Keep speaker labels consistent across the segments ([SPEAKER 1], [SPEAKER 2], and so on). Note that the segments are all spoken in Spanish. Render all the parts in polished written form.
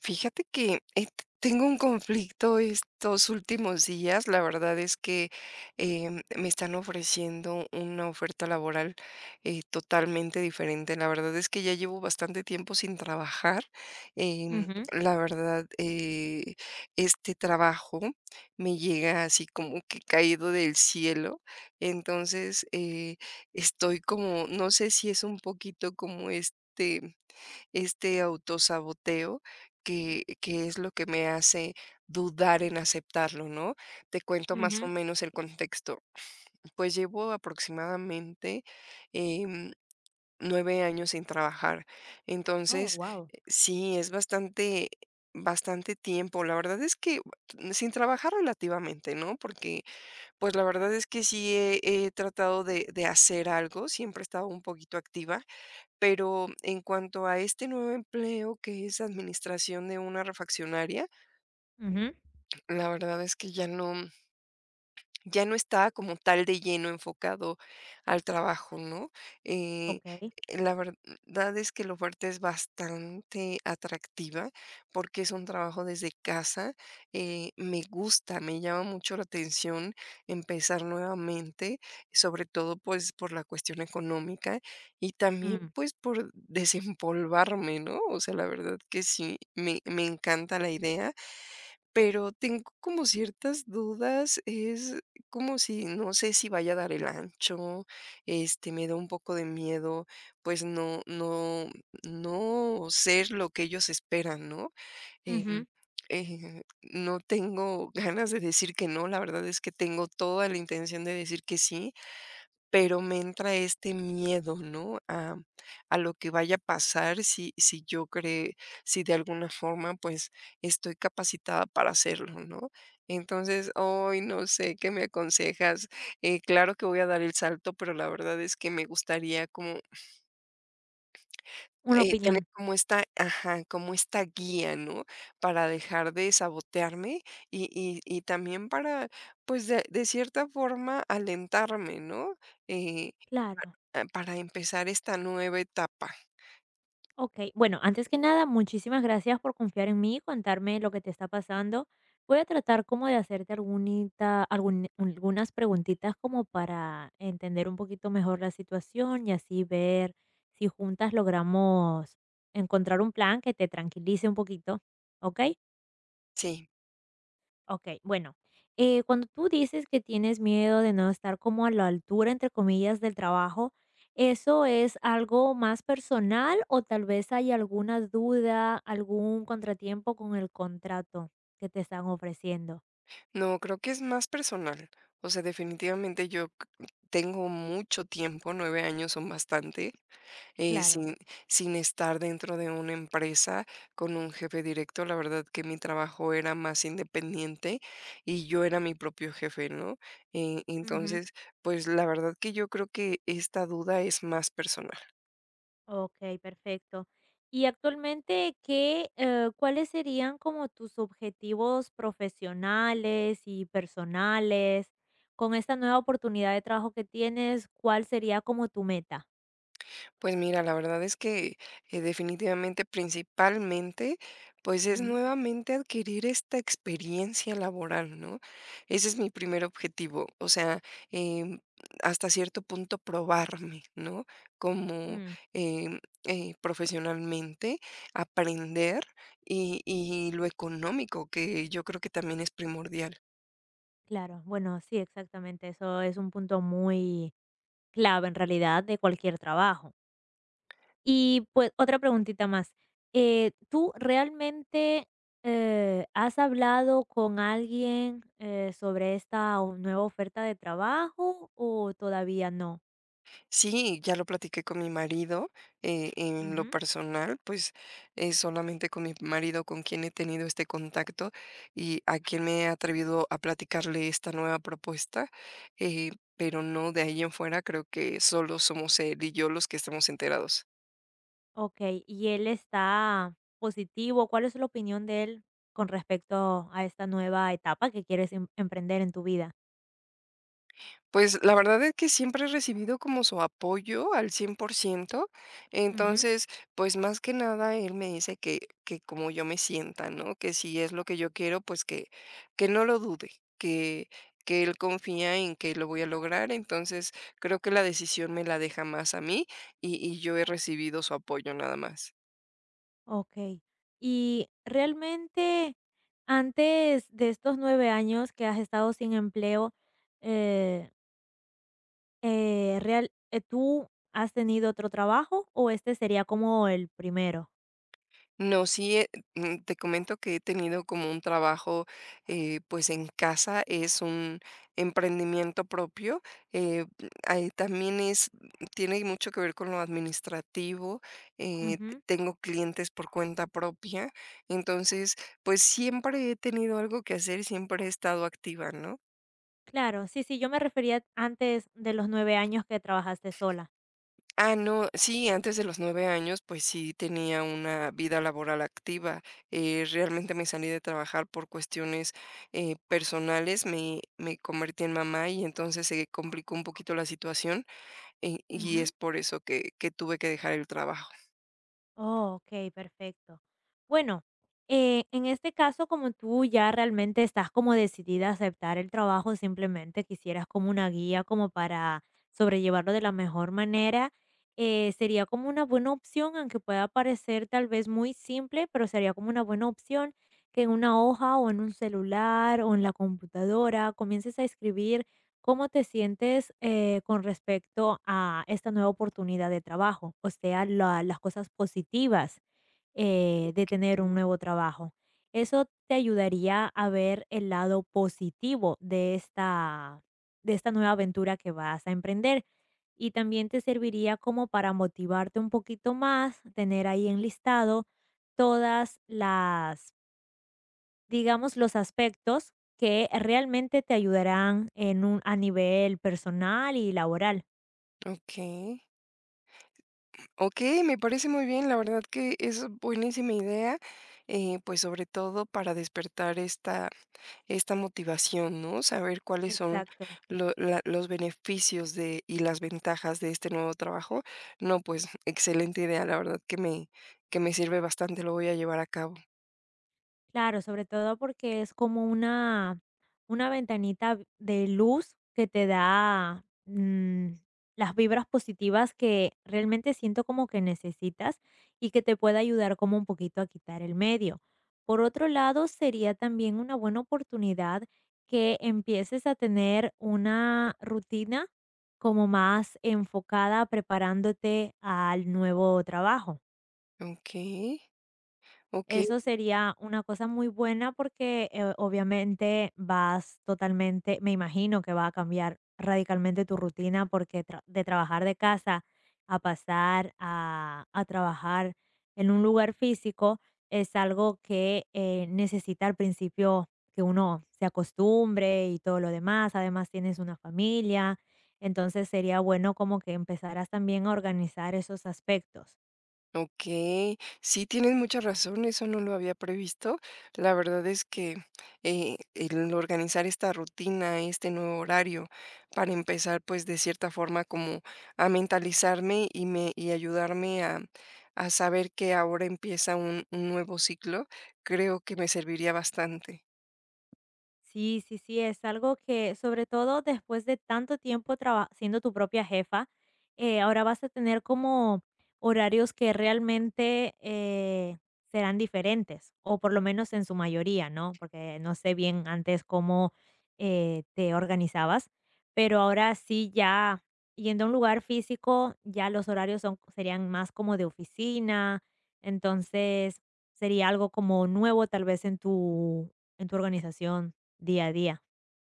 [SPEAKER 1] Fíjate que tengo un conflicto estos últimos días. La verdad es que me están ofreciendo una oferta laboral totalmente diferente. La verdad es que ya llevo bastante tiempo sin trabajar. Em,
[SPEAKER 2] Ujú,
[SPEAKER 1] la verdad, eh, este trabajo me llega así como que caído del cielo. Entonces, estoy como, no sé si es un poquito como este autosaboteo que es lo que me hace dudar en aceptarlo, ¿no? Te cuento más o
[SPEAKER 2] ujú.
[SPEAKER 1] menos el contexto. Pues llevo aproximadamente, em, 9 años sin trabajar.
[SPEAKER 2] Oh,
[SPEAKER 1] Entonces,
[SPEAKER 2] wow.
[SPEAKER 1] sí, es bastante tiempo. La verdad es que sin trabajar relativamente, ¿no? Porque, pues, la verdad es que sí he tratado de hacer algo, siempre he estado un poquito activa. Pero en cuanto a este nuevo empleo que es administración de una refaccionaria,
[SPEAKER 2] Ujú,
[SPEAKER 1] la verdad es que ya no estaba como tal de lleno enfocado al trabajo, ¿no? Eh,
[SPEAKER 2] ok.
[SPEAKER 1] la verdad es que la oferta es bastante atractiva porque es un trabajo desde casa. Me gusta, me llama mucho la atención empezar nuevamente, sobre todo pues por la cuestión económica y también
[SPEAKER 2] Mm,
[SPEAKER 1] pues por desempolvarme, ¿no? O sea, la verdad que sí, me encanta la idea pero tengo como ciertas dudas, es como si no sé si vaya a dar el ancho, este, me da un poco de miedo, pues no ser lo que ellos esperan, ¿no? Em,
[SPEAKER 2] ujú.
[SPEAKER 1] no tengo ganas de decir que no, la verdad es que tengo toda la intención de decir que sí, pero me entra este miedo, ¿no? A lo que vaya a pasar si yo creo, si de alguna forma pues estoy capacitada para hacerlo, ¿no? Entonces, hoy no sé qué me aconsejas. Claro que voy a dar el salto, pero la verdad es que me gustaría como
[SPEAKER 2] Una
[SPEAKER 1] tener
[SPEAKER 2] opinión.
[SPEAKER 1] como esta, ajá, como esta guía, ¿no? Para dejar de sabotearme y también para, pues de cierta forma, alentarme, ¿no? Eh,
[SPEAKER 2] Claro.
[SPEAKER 1] Ah, para empezar esta nueva etapa.
[SPEAKER 2] Ok. Bueno, antes que nada, muchísimas gracias por confiar en mí y contarme lo que te está pasando. Voy a tratar como de hacerte algunas preguntitas como para entender un poquito mejor la situación y así ver si juntas logramos encontrar un plan que te tranquilice un poquito. ¿Ok?
[SPEAKER 1] Sí,
[SPEAKER 2] Okey, bueno, cuando tú dices que tienes miedo de no estar como a la altura, entre comillas, del trabajo, ¿eso es algo más personal o tal vez hay alguna duda, algún contratiempo con el contrato que te están ofreciendo?
[SPEAKER 1] no, creo que es más personal. O sea, definitivamente yo tengo mucho tiempo, 9 años son bastante, eh,
[SPEAKER 2] Claro.
[SPEAKER 1] sin, sin estar dentro de una empresa con un jefe directo. La verdad que mi trabajo era más independiente y yo era mi propio jefe, ¿no? Eh, entonces, pues la verdad que yo creo que esta duda es más personal.
[SPEAKER 2] Okey, perfecto. Y actualmente, ¿cuáles serían como tus objetivos profesionales y personales? Con esta nueva oportunidad de trabajo que tienes, ¿cuál sería como tu meta?
[SPEAKER 1] Pues mira, la verdad es que, definitivamente, principalmente, pues es
[SPEAKER 2] Mm,
[SPEAKER 1] nuevamente adquirir esta experiencia laboral, ¿no? Ese es mi primer objetivo, o sea, em, hasta cierto punto probarme, ¿no? Como,
[SPEAKER 2] mm,
[SPEAKER 1] Profesionalmente, aprender y lo económico, que yo creo que también es primordial.
[SPEAKER 2] claro. Bueno, sí, exactamente. Eso es un punto muy clave, en realidad, de cualquier trabajo. Y, pues, otra preguntita más. ¿Tú realmente, has hablado con alguien, sobre esta o nueva oferta de trabajo o todavía no?
[SPEAKER 1] Sí, ya lo platiqué con mi marido, en lo
[SPEAKER 2] Ujú.
[SPEAKER 1] personal, pues, es solamente con mi marido con quien he tenido este contacto y a quien me he atrevido a platicarle esta nueva propuesta, eh, pero no, de ahí en fuera creo que solo somos él y yo los que estamos enterados.
[SPEAKER 2] Okey, ¿y él está positivo? ¿Cuál es la opinión de él con respecto a esta nueva etapa que quieres emprender en tu vida?
[SPEAKER 1] Pues, la verdad es que siempre he recibido como su apoyo al 100%.
[SPEAKER 2] Ujú,
[SPEAKER 1] Entonces, pues, más que nada, él me dice que como yo me sienta, ¿no? Que si es lo que yo quiero, pues, que no lo dude, que que él confía en que lo voy a lograr. Entonces, creo que la decisión me la deja más a mí, y yo he recibido su apoyo nada más.
[SPEAKER 2] okey. Y realmente, antes de estos 9 años que has estado sin empleo, eh real ¿tú has tenido otro trabajo o este sería como el primero?
[SPEAKER 1] No, sí, te comento que he tenido como un trabajo, pues en casa, es un emprendimiento propio. eh, ahí también es, Tiene mucho que ver con lo administrativo.
[SPEAKER 2] Ujú.
[SPEAKER 1] Tengo clientes por cuenta propia. Entonces, pues siempre he tenido algo que hacer, siempre he estado activa, ¿no?
[SPEAKER 2] Claro, sí, sí, yo me refería antes de los 9 años que trabajaste sola.
[SPEAKER 1] Ah, no, sí, antes de los 9 años, pues sí tenía una vida laboral activa. Realmente me salí de trabajar por cuestiones, personales, me convertí en mamá y entonces se complicó un poquito la situación, y es
[SPEAKER 2] Ujú.
[SPEAKER 1] por eso que tuve que dejar el trabajo.
[SPEAKER 2] Oh, okey, perfecto. Bueno, en este caso, como tú ya realmente estás como decidida a aceptar el trabajo, simplemente quisieras como una guía como para sobrellevarlo de la mejor manera, sería como una buena opción, aunque pueda parecer tal vez muy simple, pero sería como una buena opción que en una hoja o en un celular o en la computadora comiences a escribir. ¿Cómo te sientes, con respecto a esta nueva oportunidad de trabajo? O sea, la las cosas positivas, de tener un nuevo trabajo. Eso te ayudaría a ver el lado positivo de esta nueva aventura que vas a emprender, y también te serviría como para motivarte un poquito más, tener ahí enlistado todas las, digamos, los aspectos que realmente te ayudarán en un a nivel personal y laboral.
[SPEAKER 1] Okey. Okey, me parece muy bien, la verdad que es buenísima idea, pues, sobre todo para despertar esta motivación, ¿no? Saber cuáles son
[SPEAKER 2] Exacto.
[SPEAKER 1] lo la los beneficios de y las ventajas de este nuevo trabajo. No, pues, excelente idea, la verdad que me sirve bastante, lo voy a llevar a cabo.
[SPEAKER 2] Claro, sobre todo porque es como una ventanita de luz que te da, las vibras positivas que realmente siento como que necesitas y que te puede ayudar como un poquito a quitar el medio. Por otro lado, sería también una buena oportunidad que empieces a tener una rutina como más enfocada preparándote al nuevo trabajo.
[SPEAKER 1] Okey, okey.
[SPEAKER 2] Eso sería una cosa muy buena porque obviamente vas totalmente, me imagino que va a cambiar radicalmente tu rutina porque de trabajar de casa a pasar a trabajar en un lugar físico es algo que necesita al principio que uno se acostumbre y todo lo demás. Además tienes una familia, entonces sería bueno como que empezaras también a organizar esos aspectos.
[SPEAKER 1] Ok, sí, tienes mucha razón, eso no lo había previsto. La verdad es que, el organizar esta rutina, este nuevo horario, para empezar, pues, de cierta forma, como a mentalizarme y ayudarme a saber que ahora empieza un nuevo ciclo, creo que me serviría bastante.
[SPEAKER 2] Sí, sí, sí, es algo que, sobre todo después de tanto tiempo siendo tu propia jefa, ahora vas a tener como horarios que realmente serán diferentes, o por lo menos en su mayoría, ¿no? Porque no sé bien antes cómo te organizabas, pero ahora sí ya yendo a un lugar físico, ya los horarios serían más como de oficina, entonces sería algo como nuevo tal vez en tu, organización. Día a día.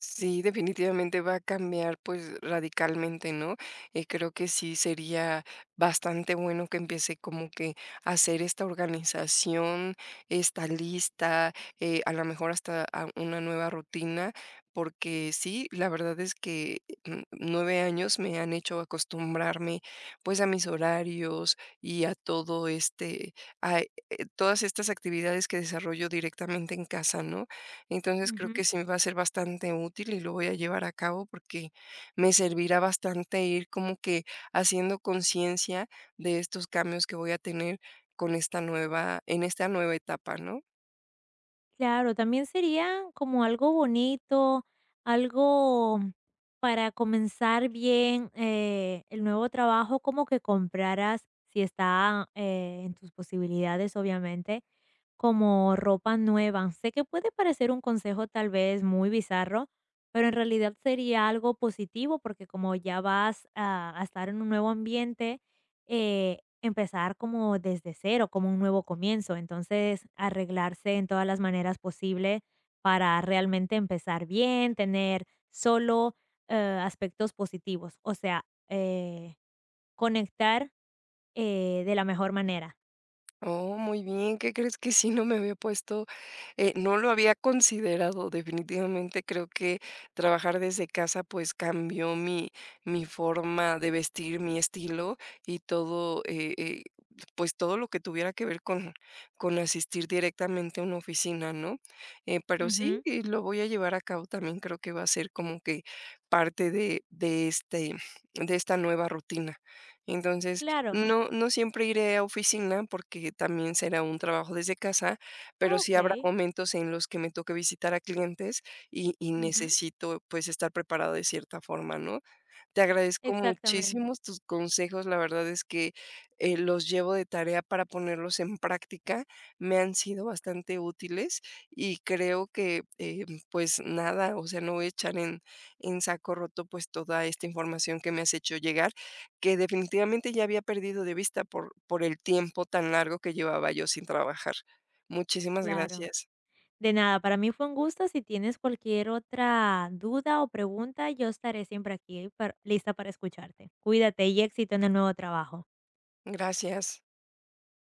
[SPEAKER 1] Sí, definitivamente va a cambiar, pues, radicalmente, ¿no? Creo que sí sería bastante bueno que empiece como que a hacer esta organización, esta lista, a lo mejor hasta a una nueva rutina, porque sí, la verdad es que, 9 años me han hecho acostumbrarme, pues, a mis horarios y a todo este, a, eh, todas estas actividades que desarrollo directamente en casa, ¿no? Entonces, creo
[SPEAKER 2] Ujú,
[SPEAKER 1] que sí me va a ser bastante útil y lo voy a llevar a cabo porque me servirá bastante ir como que haciendo conciencia de estos cambios que voy a tener con esta nueva en esta nueva etapa, ¿no?
[SPEAKER 2] claro, también sería como algo bonito, algo para comenzar bien, el nuevo trabajo, como que compraras, si está, en tus posibilidades, obviamente, como ropa nueva. Sé que puede parecer un consejo tal vez muy bizarro, pero en realidad sería algo positivo porque como ya vas a estar en un nuevo ambiente, empezar como desde cero, como un nuevo comienzo. Entonces, arreglarse en todas las maneras posible para realmente empezar bien, tener solo eh, aspectos positivos. O sea, conectar de la mejor manera.
[SPEAKER 1] Oh, muy bien, ¿qué crees que sí no me había puesto? No lo había considerado, definitivamente creo que trabajar desde casa pues cambió mi forma de vestir, mi estilo y todo, pues todo lo que tuviera que ver con asistir directamente a una oficina, ¿no? Pero sí,
[SPEAKER 2] Ujú,
[SPEAKER 1] lo voy a llevar a cabo también, creo que va a ser como que parte este, de esta nueva rutina. Entonces,
[SPEAKER 2] claro.
[SPEAKER 1] no, no siempre iré a oficina porque también será un trabajo desde casa pero sí habrá
[SPEAKER 2] Ok.
[SPEAKER 1] momentos en los que me toque visitar a clientes y
[SPEAKER 2] Ujú,
[SPEAKER 1] necesito, pues, estar preparada de cierta forma, ¿no? Te agradezco
[SPEAKER 2] exactamente,
[SPEAKER 1] muchísimos tus consejos, la verdad es que, los llevo de tarea para ponerlos en práctica, me han sido bastante útiles y creo que, pues nada, o sea, no voy a echar en saco roto, pues, toda esta información que me has hecho llegar, que definitivamente ya había perdido de vista por el tiempo tan largo que llevaba yo sin trabajar. Muchísimas
[SPEAKER 2] claro.
[SPEAKER 1] gracias.
[SPEAKER 2] De nada, para mí fue un gusto. Si tienes cualquier otra duda o pregunta, yo estaré siempre aquí lista para escucharte. Cuídate y éxito en el nuevo trabajo.
[SPEAKER 1] Gracias.